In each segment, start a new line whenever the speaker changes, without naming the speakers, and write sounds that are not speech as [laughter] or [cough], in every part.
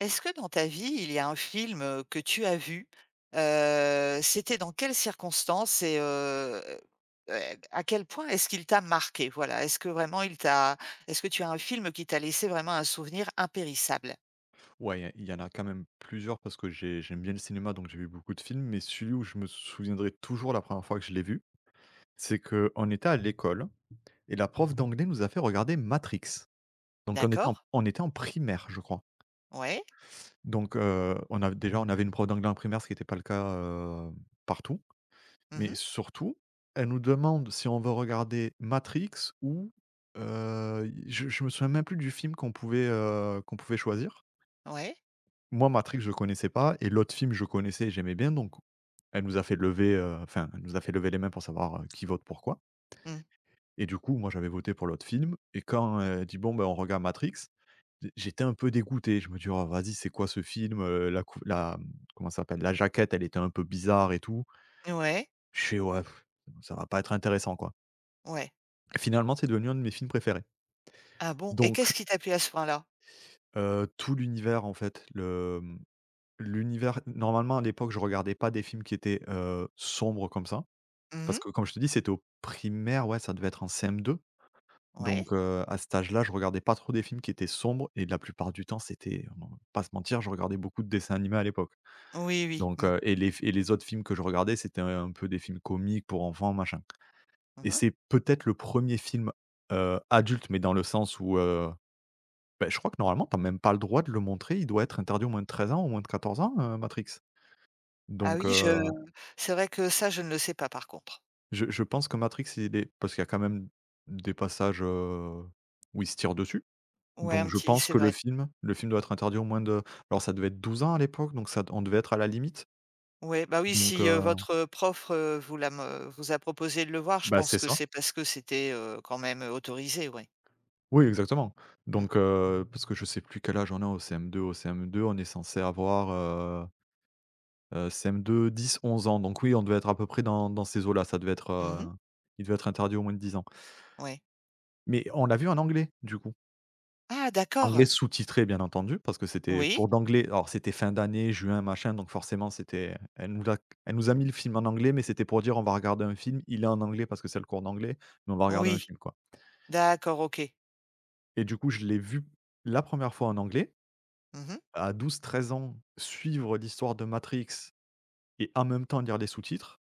Est-ce que dans ta vie, il y a un film, que tu as vu, c'était dans quelles circonstances et heu, à quel point est-ce qu'il t'a marqué? Voilà, est-ce que vraiment il t'a est-ce que tu as un film qui t'a laissé vraiment un souvenir impérissable?
Ouais, il y en a quand même plusieurs parce que j'aime bien le cinéma, donc j'ai vu beaucoup de films, mais celui où je me souviendrai toujours la première fois que je l'ai vu, c'est qu'on était à l'école et la prof d'anglais nous a fait regarder Matrix. Donc on était
D'accord.
en on était en primaire, je crois.
Ouais.
On avait une prof d'anglais en primaire, ce qui n'était pas le cas, partout.
Mmh.
Mais surtout, elle nous demande si on veut regarder Matrix ou, je me souviens même plus du film qu'on pouvait choisir.
Ouais.
Moi, Matrix, je connaissais pas et l'autre film, je connaissais et j'aimais bien, donc elle nous a fait lever les mains pour savoir, qui vote pour quoi.
Mmh.
Et du coup, moi, j'avais voté pour l'autre film et quand elle dit: «Bon, ben, on regarde Matrix», j'étais un peu dégoûté. Je me dis: «Oh, vas-y, c'est quoi ce film ?» La couv la, mmh, Comment ça s'appelle? La jaquette, elle était un peu bizarre et tout.
Ouais.
Je fais: «Ouais, pff, ça va pas être intéressant, quoi».
Ouais.
Finalement, c'est devenu un de mes films préférés.
Ah bon? Et
Donc
qu'est-ce qui t'a plu à ce point-là?
tout l'univers, en fait, l'univers normalement, à l'époque, je regardais pas des films qui étaient, sombres comme ça. Parce
Mmh.
que comme je te dis, c'était au primaire, ouais, ça devait être en CM2,
Ouais.
à cet âge-là, je regardais pas trop des films qui étaient sombres et la plupart du temps, c'était on va pas se mentir, je regardais beaucoup de dessins animés à l'époque.
Oui, oui. Mmh.
Et les autres films que je regardais, c'était un peu des films comiques pour enfants, machin, et
Mmh.
c'est peut-être le premier film, adulte, mais dans le sens où, je crois que normalement, t'as même pas le droit de le montrer, il doit être interdit aux moins de 13 ans, aux moins de 14 ans, Matrix.
Ah
Donc
oui, je c'est vrai que ça, je ne le sais pas par contre.
je pense que Matrix, il est parce qu'il y a quand même des passages, où ils se tirent dessus,
Ouais,
donc
un
je
petit
pense
c'est
que le
vrai.
film le film doit être interdit au moins de alors ça devait être 12 ans à l'époque, donc ça on devait être à la limite,
Ouais, bah, oui,
donc
si,
heu
votre prof, vous l'a me vous a proposé de le voir, je pense
c'est
que
ça.
c'est parce que c'était, quand même, autorisé, ouais.
Oui, exactement,
Mmh.
parce que je sais plus quel âge on a au CM2. Au CM2, on est censé avoir, CM2, 10, 11 ans, donc oui, on devait être à peu près dans ces eaux-là.
Mmh.
Il devait être interdit au moins de 10 ans,
Ouais.
mais on l'a vu en anglais, du coup.
Ah
Anglais
d'accord!
sous-titré bien entendu, parce que c'était
Oui,
cours d'anglais. Alors c'était fin d'année, juin, machin, donc forcément c'était elle nous a mis le film en anglais, mais c'était pour dire: «On va regarder un film, il est en anglais parce que c'est le cours d'anglais, mais on va regarder un
oui.
film quoi».
D'accord, OK.
Et du coup je l'ai vu la première fois en anglais,
Mmh.
à 12 13 ans, suivre l'histoire de Matrix et en même temps lire les sous-titres,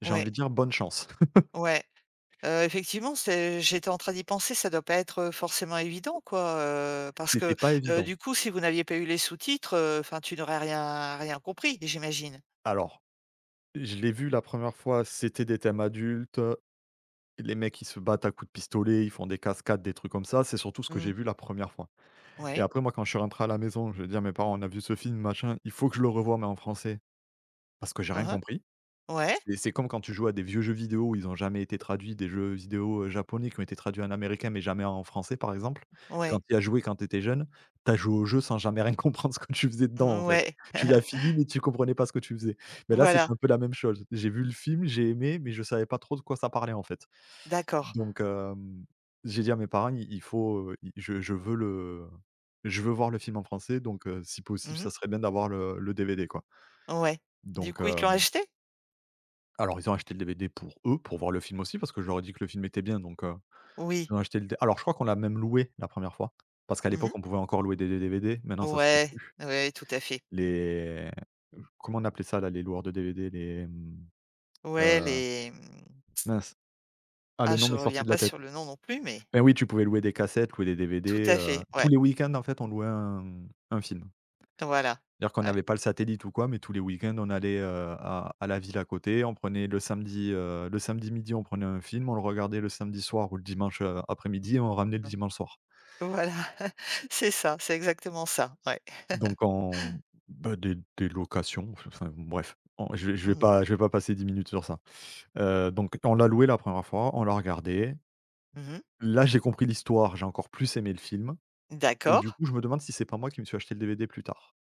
j'ai envie
Ouais,
de dire bonne chance.
ouais. Effectivement, c'est j'étais en train d'y penser, ça doit pas être forcément évident quoi,
[laughs]
parce
C'était
que,
pas évident.
du coup, si vous n'aviez pas eu les sous-titres, enfin, tu n'aurais rien compris, j'imagine?
Alors, je l'ai vu la première fois, c'était des thèmes adultes. Les mecs, ils se battent à coups de pistolet, ils font des cascades, des trucs comme ça. C'est surtout ce que
Mmh.
j'ai vu la première fois et
Ouais.
après moi, quand je suis rentré à la maison, je vais dire à mes parents: «On a vu ce film, machin, il faut que je le revoie mais en français» parce que j'ai
Hein
rien
hein.
compris.
Ouais,
C'est comme quand tu joues à des vieux jeux vidéo où ils ont jamais été traduits, des jeux vidéo, japonais qui ont été traduits en américain, mais jamais en français, par exemple. Quand
ouais.
tu y as joué quand tu étais jeune, tu as joué au jeu sans jamais rien [laughs] comprendre ce que tu faisais dedans, en
Mmh,
fait.
ouais.
Tu
[laughs]
l'as fini, mais tu comprenais pas ce que tu faisais. Mais là, c'est
Voilà,
un peu la même chose. J'ai vu le film, j'ai aimé, mais je savais pas trop de quoi ça parlait, en fait.
d'accord.
Donc, hem, j'ai dit à mes parents: «Il faut, i je veux le je veux voir le film en français, donc, si possible,
Mmh.
ça serait bien d'avoir le DVD, quoi».
Ouais. Du
Donc,
coup, ils te l'ont
hem
acheté?
Alors ils ont acheté le DVD pour eux, pour voir le film aussi, parce que je leur ai dit que le film était bien donc,
Oui.
ils ont acheté le dé alors je crois qu'on l'a même loué la première fois, parce qu'à
Mmh.
l'époque on pouvait encore louer des DVD, maintenant ça se fait
Ouais,
plus.
ouais, tout à fait.
Les Comment on appelait ça là, les loueurs de DVD?
Ouais,
Heu,
les,
Mince, ah,
ah,
le nom
je
m'est sorti
reviens
de la
pas
tête.
sur le nom non plus, mais
Ben oui, tu pouvais louer des cassettes, louer des
tout
DVD,
à fait,
tous
ouais,
les week-ends en fait on louait un film.
voilà,
C'est-à-dire qu'on
ouais,
n'avait pas le satellite ou quoi, mais tous les week-ends, on allait, à la ville à côté. On prenait le samedi midi, on prenait un film, on le regardait le samedi soir ou le dimanche, après-midi et on ramenait le
non,
dimanche soir.
voilà, [laughs] c'est ça, c'est exactement ça, ouais.
Donc
[laughs]
on des locations, bref, on je ne vais
Mmh mh.
je vais pas passer 10 minutes sur ça. Donc on l'a loué la première fois, on l'a regardé.
Mmh.
Là, j'ai compris l'histoire, j'ai encore plus aimé le film et du
D'accord,
coup, je me demande si c'est pas moi qui me suis acheté le DVD plus tard.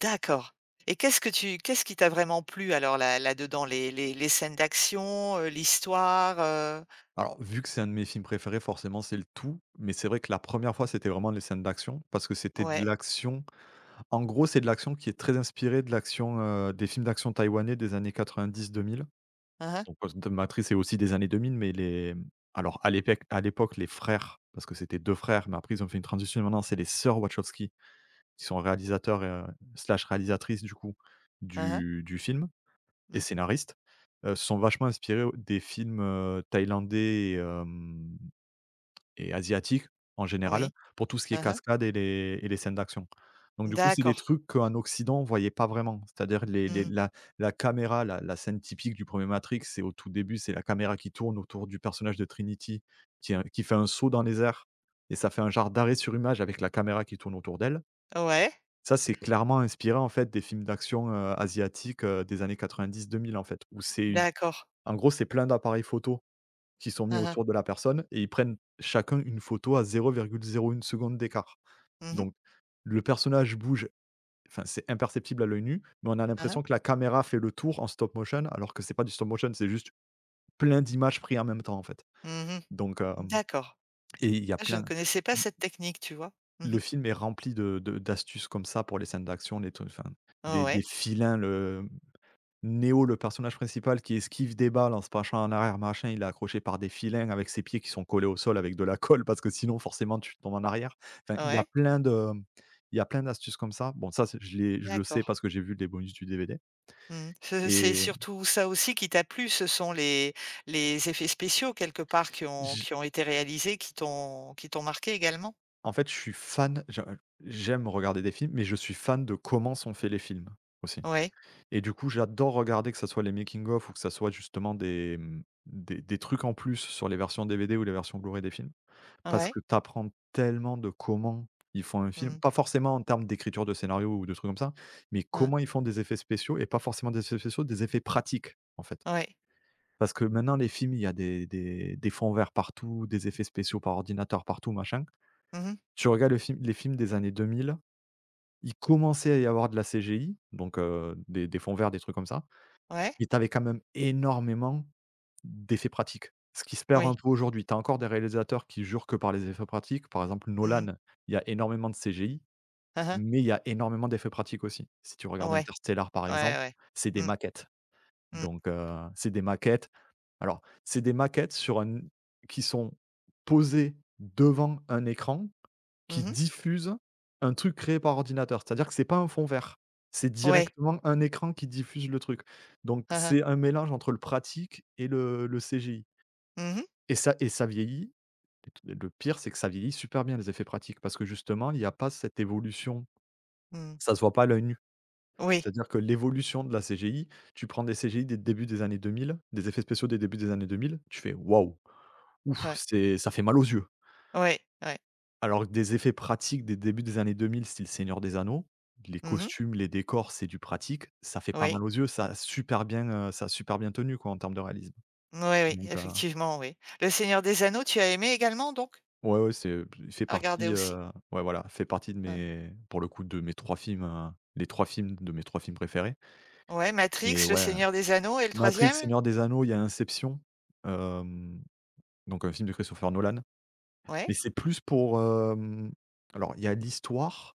d'accord. Et qu'est-ce que tu qu'est-ce qui t'a vraiment plu alors là là-dedans? Les scènes d'action, l'histoire,
Alors, vu que c'est un de mes films préférés, forcément, c'est le tout. Mais c'est vrai que la première fois, c'était vraiment les scènes d'action, parce que c'était de
Ouais.
l'action. En gros, c'est de l'action qui est très inspirée de l'action, des films d'action taïwanais des années 90-2000.
Hein hein.
Donc, Ghost Matrix est aussi des années 2000, mais alors à l'époque, les frères, parce que c'était 2 frères, mais après ils ont fait une transition et maintenant c'est les sœurs Wachowski, qui sont réalisateurs, slash réalisatrices du coup,
Hein hein.
du film et
Mmh.
scénaristes, se sont vachement inspirés des films, thaïlandais et asiatiques en général,
Oui.
pour tout ce qui est
Hein hein.
cascade et les scènes d'action. Donc du coup, c'est des
D'accord.
trucs qu'en Occident, on voyait pas vraiment. C'est-à-dire les
Mmh.
la la caméra, la la scène typique du premier Matrix, c'est au tout début, c'est la caméra qui tourne autour du personnage de Trinity qui fait un saut dans les airs et ça fait un genre d'arrêt sur image avec la caméra qui tourne autour d'elle.
Ouais.
Ça, c'est clairement inspiré, en fait, des films d'action, asiatiques, des années 90-2000, en fait, où c'est une
D'accord.
en gros, c'est plein d'appareils photo qui sont mis
Hein, hein.
autour de la personne et ils prennent chacun une photo à 0,01 seconde d'écart.
Mmh mh.
Donc le personnage bouge, enfin c'est imperceptible à l'œil nu, mais on a
Hein
l'impression
hein.
que la caméra fait le tour en stop motion alors que c'est pas du stop motion, c'est juste plein d'images prises en même temps en fait.
Mmh.
Donc hem
D'accord.
et il y a
Ah, je ne
plein
connaissais pas
l
cette technique, tu vois? Mmh
Le
mh.
film est rempli de d'astuces comme ça pour les scènes d'action, les trucs, enfin
Ah
des
ouais,
des filins, le Neo, le personnage principal qui esquive des balles en se penchant en arrière, machin, il est accroché par des filins avec ses pieds qui sont collés au sol avec de la [laughs] colle parce que sinon forcément tu tombes en arrière. Enfin,
ah ouais,
il y a plein d'astuces comme ça. Bon ça, c'est je l'ai je le sais
d'accord.
parce que j'ai vu les bonus du DVD
Mmh. Ce c'est
et
surtout ça aussi qui t'a plu, ce sont les effets spéciaux quelque part
j
qui ont été réalisés, qui t'ont marqué également?
en fait, je suis fan, je j'aime regarder des films, mais je suis fan de comment sont faits les films aussi
Ouais,
et du coup, j'adore regarder que ça soit les making of ou que ça soit justement des, mmh, des trucs en plus sur les versions DVD ou les versions Blu-ray des films. Parce
ouais.
que tu apprends tellement de comment ils font un film,
Mmh.
pas forcément en termes d'écriture de scénario ou de trucs comme ça, mais
Hein.
comment ils font des effets spéciaux et pas forcément des effets spéciaux, des effets pratiques, en fait.
Ouais.
Parce que maintenant, les films, il y a des fonds verts partout, des effets spéciaux par ordinateur partout, machin.
Mmh.
Tu regardes le film les films des années 2000, il commençait à y avoir de la CGI, donc des fonds verts, des trucs comme ça,
Ouais.
mais tu avais quand même énormément d'effets pratiques. Ce qui se perd
Oui.
un peu aujourd'hui. Tu as encore des réalisateurs qui jurent que par les effets pratiques. Par exemple,
Mmh.
Nolan, il y a énormément de CGI,
Hein hein.
mais il y a énormément d'effets pratiques aussi. Si tu regardes
Ouais.
Interstellar, par
Ouais,
exemple,
ouais.
c'est des
Mmh.
maquettes.
Mmh.
Donc, c'est des maquettes. Alors, c'est des maquettes sur un qui sont posées devant un écran qui
Mmh.
diffuse un truc créé par ordinateur. C'est-à-dire que c'est pas un fond vert. C'est
Ouais.
directement un écran qui diffuse le truc. Donc,
Ah hein.
c'est un mélange entre le pratique et le CGI.
Mmh mh.
Et ça vieillit. Le pire, c'est que ça vieillit super bien les effets pratiques parce que justement, il y a pas cette évolution.
Mmh.
Ça se voit pas à l'œil nu.
Oui.
C'est-à-dire que l'évolution de la CGI, tu prends des CGI des débuts des années 2000, des effets spéciaux des débuts des années 2000, tu fais: «Waouh, ouf,
Ouais.
c'est ça fait mal aux yeux».
Ouais, ouais.
Alors que des effets pratiques des débuts des années 2000 style Seigneur des Anneaux, les
Mmh.
costumes, les décors, c'est du pratique, ça fait pas
Oui.
mal aux yeux, ça a super bien, ça a super bien tenu quoi en termes de réalisme.
Oui, oui,
Donc
effectivement, oui. Le Seigneur des Anneaux, tu as aimé également donc?
ouais, ouais, c'est, il fait
À regarder
partie,
aussi?
ouais, voilà, fait partie de
Heu,
mes pour le coup, de mes 3 films, les 3 films de mes 3 films préférés
ouais, Matrix,
et
Le
ouais,
Seigneur des Anneaux et le
Matrix,
troisième. E
Seigneur des Anneaux, il y a Inception, hem, donc un film de Christopher Nolan,
Ouais?
mais c'est plus pour, alors il y a l'histoire,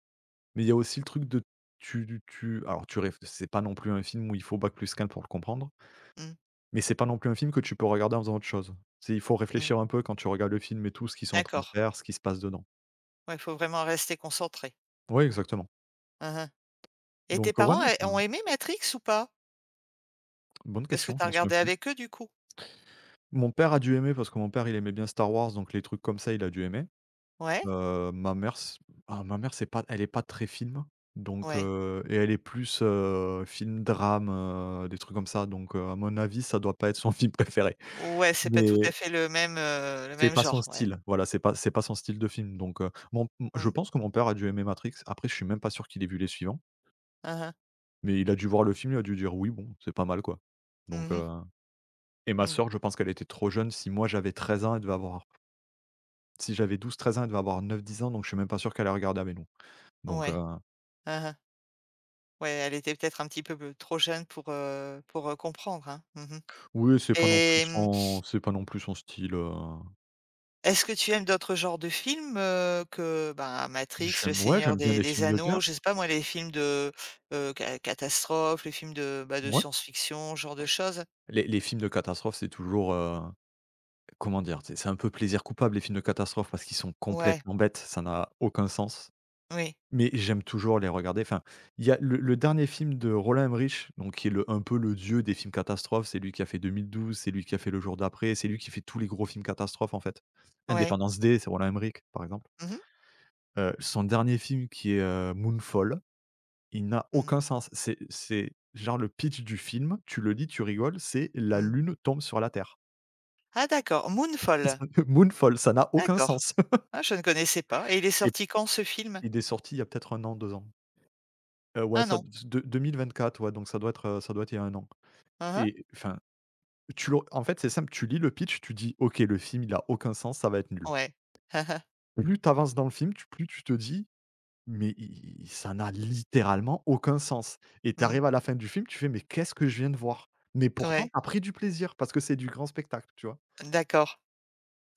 mais il y a aussi le truc de tu tu alors tu réf c'est pas non plus un film où il faut bac plus 4 pour le comprendre,
Mmh,
mais c'est pas non plus un film que tu peux regarder en faisant autre chose. C'est il faut
mmh,
réfléchir un peu quand tu regardes le film et tout, ce qu'ils sont en train de
d'accord.
faire, ce qui se passe dedans.
Ouais, faut vraiment rester concentré.
Ouais, exactement.
Mmh. Et tes
Donc, ouais,
parents,
non,
eh,
ça
ont aimé Matrix ou pas?
bonne
Parce que
question,
tu as
je m'en souviens
regardé
plus.
avec eux, du coup?
Mon père a dû aimer parce que mon père, il aimait bien Star Wars, donc les trucs comme ça, il a dû aimer.
Ouais?
Ma mère s Ah, ma mère, c'est pas elle est pas très film, donc
Ouais.
et elle est plus, film drame, des trucs comme ça, donc à mon avis, ça doit pas être son [laughs] film préféré.
Ouais, c'est pas tout à
Mais
fait le
c'est
même
pas son
genre, ouais.
style, voilà, c'est pas son style de film, donc mon m je
Mmh.
pense que mon père a dû aimer Matrix. Après, je suis même pas sûr qu'il ait vu les suivants,
Mmh mh.
mais il a dû voir le film, il a dû dire: «Oui, bon, c'est pas mal, quoi»,
Mmh
donc
mh.
heu et ma
Mmh.
sœur, je pense qu'elle était trop jeune. Si moi, j'avais 13 ans, elle devait avoir Si j'avais 12-13 ans, elle devait avoir 9-10 ans, donc je suis même pas sûr qu'elle ait regardé à nous. Donc
Ouais. Mmh. Ouais, elle était peut-être un petit peu, trop jeune pour, comprendre, hein. Mmh.
oui,
Et mmh.
c'est pas non plus son style,
Est-ce que tu aimes d'autres genres de films, que, ben, Matrix, Le
j'aime ouais,
Seigneur
j'aime bien
des
les
des
films de
Anneaux,
guerre.
je sais pas moi, les films de, ca catastrophes, les films de, bah, de
Mouais.
science-fiction, ce genre de choses?
Les films de catastrophe, c'est toujours, comment dire? C'est un peu plaisir coupable, les films de catastrophe, parce qu'ils sont
Ouais,
complètement bêtes, ça n'a aucun sens.
oui,
Mais j'aime toujours les regarder. Enfin, il y a le dernier film de Roland Emmerich, donc qui est le un peu le dieu des films catastrophes, c'est lui qui a fait 2012, c'est lui qui a fait Le jour d'après, c'est lui qui fait tous les gros films catastrophes, en fait.
ouais.
Independence Day, c'est Roland Emmerich, par exemple.
Mmh mh.
Son dernier film qui est, Moonfall, il n'a
Mmh.
aucun sens. C'est genre le pitch du film, tu le lis, tu rigoles, c'est la
Mmh.
lune tombe sur la terre.
Ah d'accord, Moonfall.
[laughs] Moonfall, ça n'a aucun
D'accord.
sens
Ah, je ne connaissais pas et il est
[laughs] et
sorti quand ce film?
il est sorti il y a peut-être un an, 2 ans.
Un
Ouais, ça
an?
de 2024, ouais, donc ça doit être il y a un an
Hein hein.
et enfin, tu le en fait, c'est simple, tu lis le pitch, tu dis: «OK, le film, il a aucun sens, ça va être nul».
Ouais. [laughs]
Plus tu avances dans le film, tu plus tu te dis mais i i ça n'a littéralement aucun sens et tu
Mmh.
arrives à la fin du film, tu fais: «Mais qu'est-ce que je viens de voir?» Mais pourtant,
Ouais.
tu as pris du plaisir parce que c'est du grand spectacle, tu vois?
D'accord.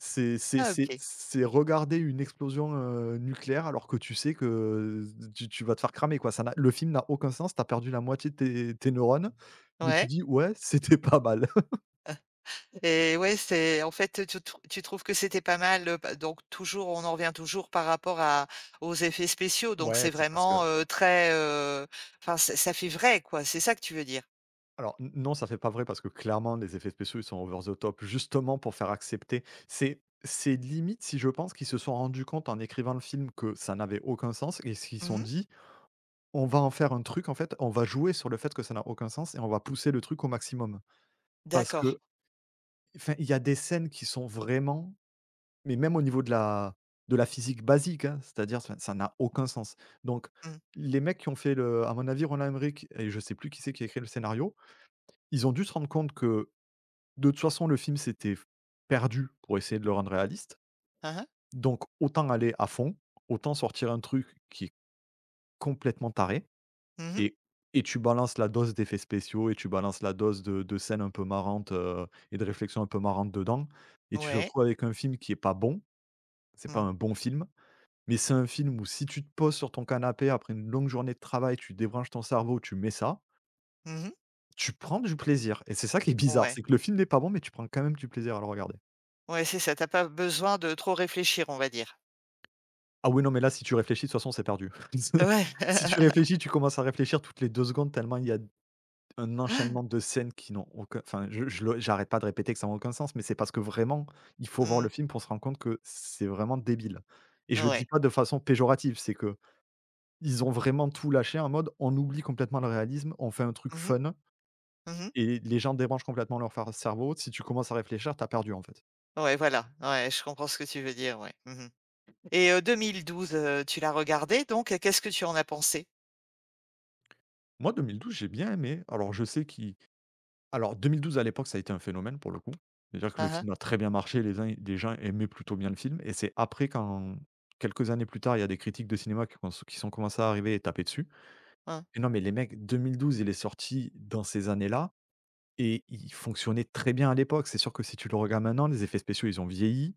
C'est c'est
Ah
c'est
OK.
c'est regarder une explosion, nucléaire alors que tu sais que tu vas te faire cramer, quoi. Ça n'a Le film n'a aucun sens, tu as perdu la moitié de tes neurones, mais tu
Ouais.
dis: «Ouais, c'était pas mal». [laughs]
Et ouais, c'est en fait, tu trouves que c'était pas mal, bah, donc toujours on en revient toujours par rapport à aux effets spéciaux, donc c'est
Ouais, c'est parce
vraiment,
que
très, enfin ça ça fait vrai quoi, c'est ça que tu veux dire?
alors n non, ça fait pas vrai parce que clairement les effets spéciaux, ils sont over the top justement pour faire accepter. C'est limite si je pense qu'ils se sont rendus compte en écrivant le film que ça n'avait aucun sens et s'ils sont
Mmh.
dit: «On va en faire un truc en fait, on va jouer sur le fait que ça n'a aucun sens et on va pousser le truc au maximum». Parce
D'accord.
que, enfin, il y a des scènes qui sont vraiment mais même au niveau de la physique basique, hein, c'est-à-dire enfin, ça n'a aucun sens. Donc
Mmh.
les mecs qui ont fait le à mon avis Roland Emmerich et je sais plus qui c'est qui a écrit le scénario, ils ont dû se rendre compte que de toute façon, le film s'était perdu pour essayer de le rendre réaliste,
Hein hein.
donc autant aller à fond, autant sortir un truc qui est complètement taré
Mmh.
et et tu balances la dose d'effets spéciaux et tu balances la dose de scènes un peu marrantes, et de réflexions un peu marrantes dedans et tu te
Ouais.
retrouves avec un film qui est pas bon. C'est pas
Mmh.
un bon film, mais c'est un film où si tu te poses sur ton canapé après une longue journée de travail, tu débranches ton cerveau, tu mets ça,
Mmh.
tu prends du plaisir et c'est ça qui est bizarre,
Ouais.
c'est que le film n'est pas bon, mais tu prends quand même du plaisir à le regarder.
Ouais, c'est ça, t'as pas besoin de trop réfléchir, on va dire.
Ah oui, non, mais là, si tu réfléchis, de toute façon, c'est perdu. [laughs]
Ouais.
Si tu
[laughs]
réfléchis, tu commences à réfléchir toutes les 2 secondes tellement il y a un enchaînement de scènes qui n'ont aucun enfin, je le j'arrête pas de répéter que ça n'a aucun sens, mais c'est parce que vraiment, il faut voir le
Mmh.
film pour se rendre compte que c'est vraiment débile et je le dis
Ouais.
pas de façon péjorative, c'est que ils ont vraiment tout lâché en mode: «On oublie complètement le réalisme, on fait un truc
Mmh mh.
fun
Mmh.
et les gens débranchent complètement leur far cerveau». Si tu commences à réfléchir, t'as perdu, en fait.
Ouais, voilà. Ouais, je comprends ce que tu veux dire, ouais. Mmh mh. Et 2012, tu l'as regardé donc qu'est-ce que tu en as pensé?
Moi, 2012, j'ai bien aimé. Alors je sais qu'ils Alors 2012 à l'époque, ça a été un phénomène pour le coup. C'est-à-dire que le
Hein hein.
film a très bien marché, les gens aimaient plutôt bien le film et c'est après quand quelques années plus tard, il y a des critiques de cinéma qui sont commencé à arriver et taper dessus.
Hein,
Et non mais les mecs, 2012, il est sorti dans ces années-là et il fonctionnait très bien à l'époque. C'est sûr que si tu le regardes maintenant, les effets spéciaux, ils ont vieilli.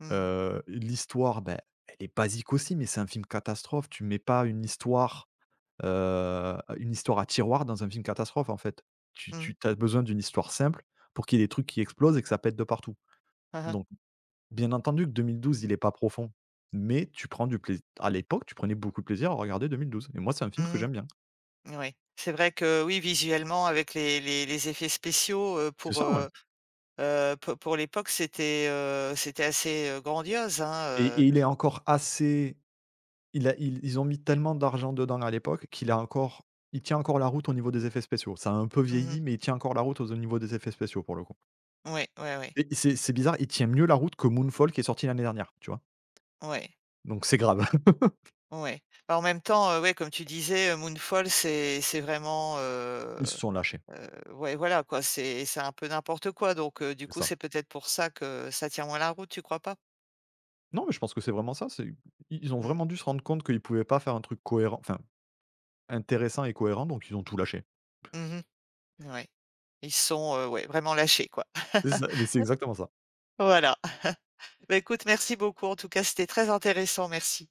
mmh mh.
L'histoire, ben, elle est basique aussi, mais c'est un film catastrophe. Tu mets pas une histoire Une histoire à tiroir dans un film catastrophe, en fait.
Mmh.
Tu as besoin d'une histoire simple pour qu'il y ait des trucs qui explosent et que ça pète de partout.
[laughs]
Donc, bien entendu que 2012, il est pas profond, mais tu prends du plaisir à l'époque, tu prenais beaucoup de plaisir à regarder 2012 et moi, c'est un
Mmh
film que
mh.
j'aime bien.
N ouais. C'est vrai que oui, visuellement avec les effets spéciaux,
C'est
pour,
ça, ah ouais, ouais.
pour l'époque, c'était, c'était assez, grandiose, hein,
et
heu.
et il est encore assez il a ils ont mis tellement d'argent dedans à l'époque qu'il a encore il tient encore la route au niveau des effets spéciaux. Ça a un peu
Mmh.
vieilli, mais il tient encore la route au niveau des effets spéciaux, pour le coup
Ouais, ouais, ouais.
et c'est bizarre, il tient mieux la route que Moonfall qui est sorti l'année dernière, tu vois?
Ouais,
Donc c'est grave.
ouais. Bah, en même temps, ouais, comme tu disais, Moonfall, c'est vraiment,
Ils se sont lâchés,
ouais, voilà, quoi, c'est un peu n'importe quoi donc du
c'est
coup,
ça.
c'est peut-être pour ça que ça tient moins la route, tu crois pas?
Non, mais je pense que c'est vraiment ça, c'est ils ont
Mmh.
vraiment dû se rendre compte qu'ils pouvaient pas faire un truc cohérent, enfin, intéressant et cohérent, donc ils ont tout lâché.
Mmh. Ouais. Ils sont, ouais, vraiment lâchés, quoi.
C'est ça,
[laughs]
mais c'est exactement ça.
Voilà. [laughs] Bah, écoute, merci beaucoup. En tout cas, c'était très intéressant. Merci.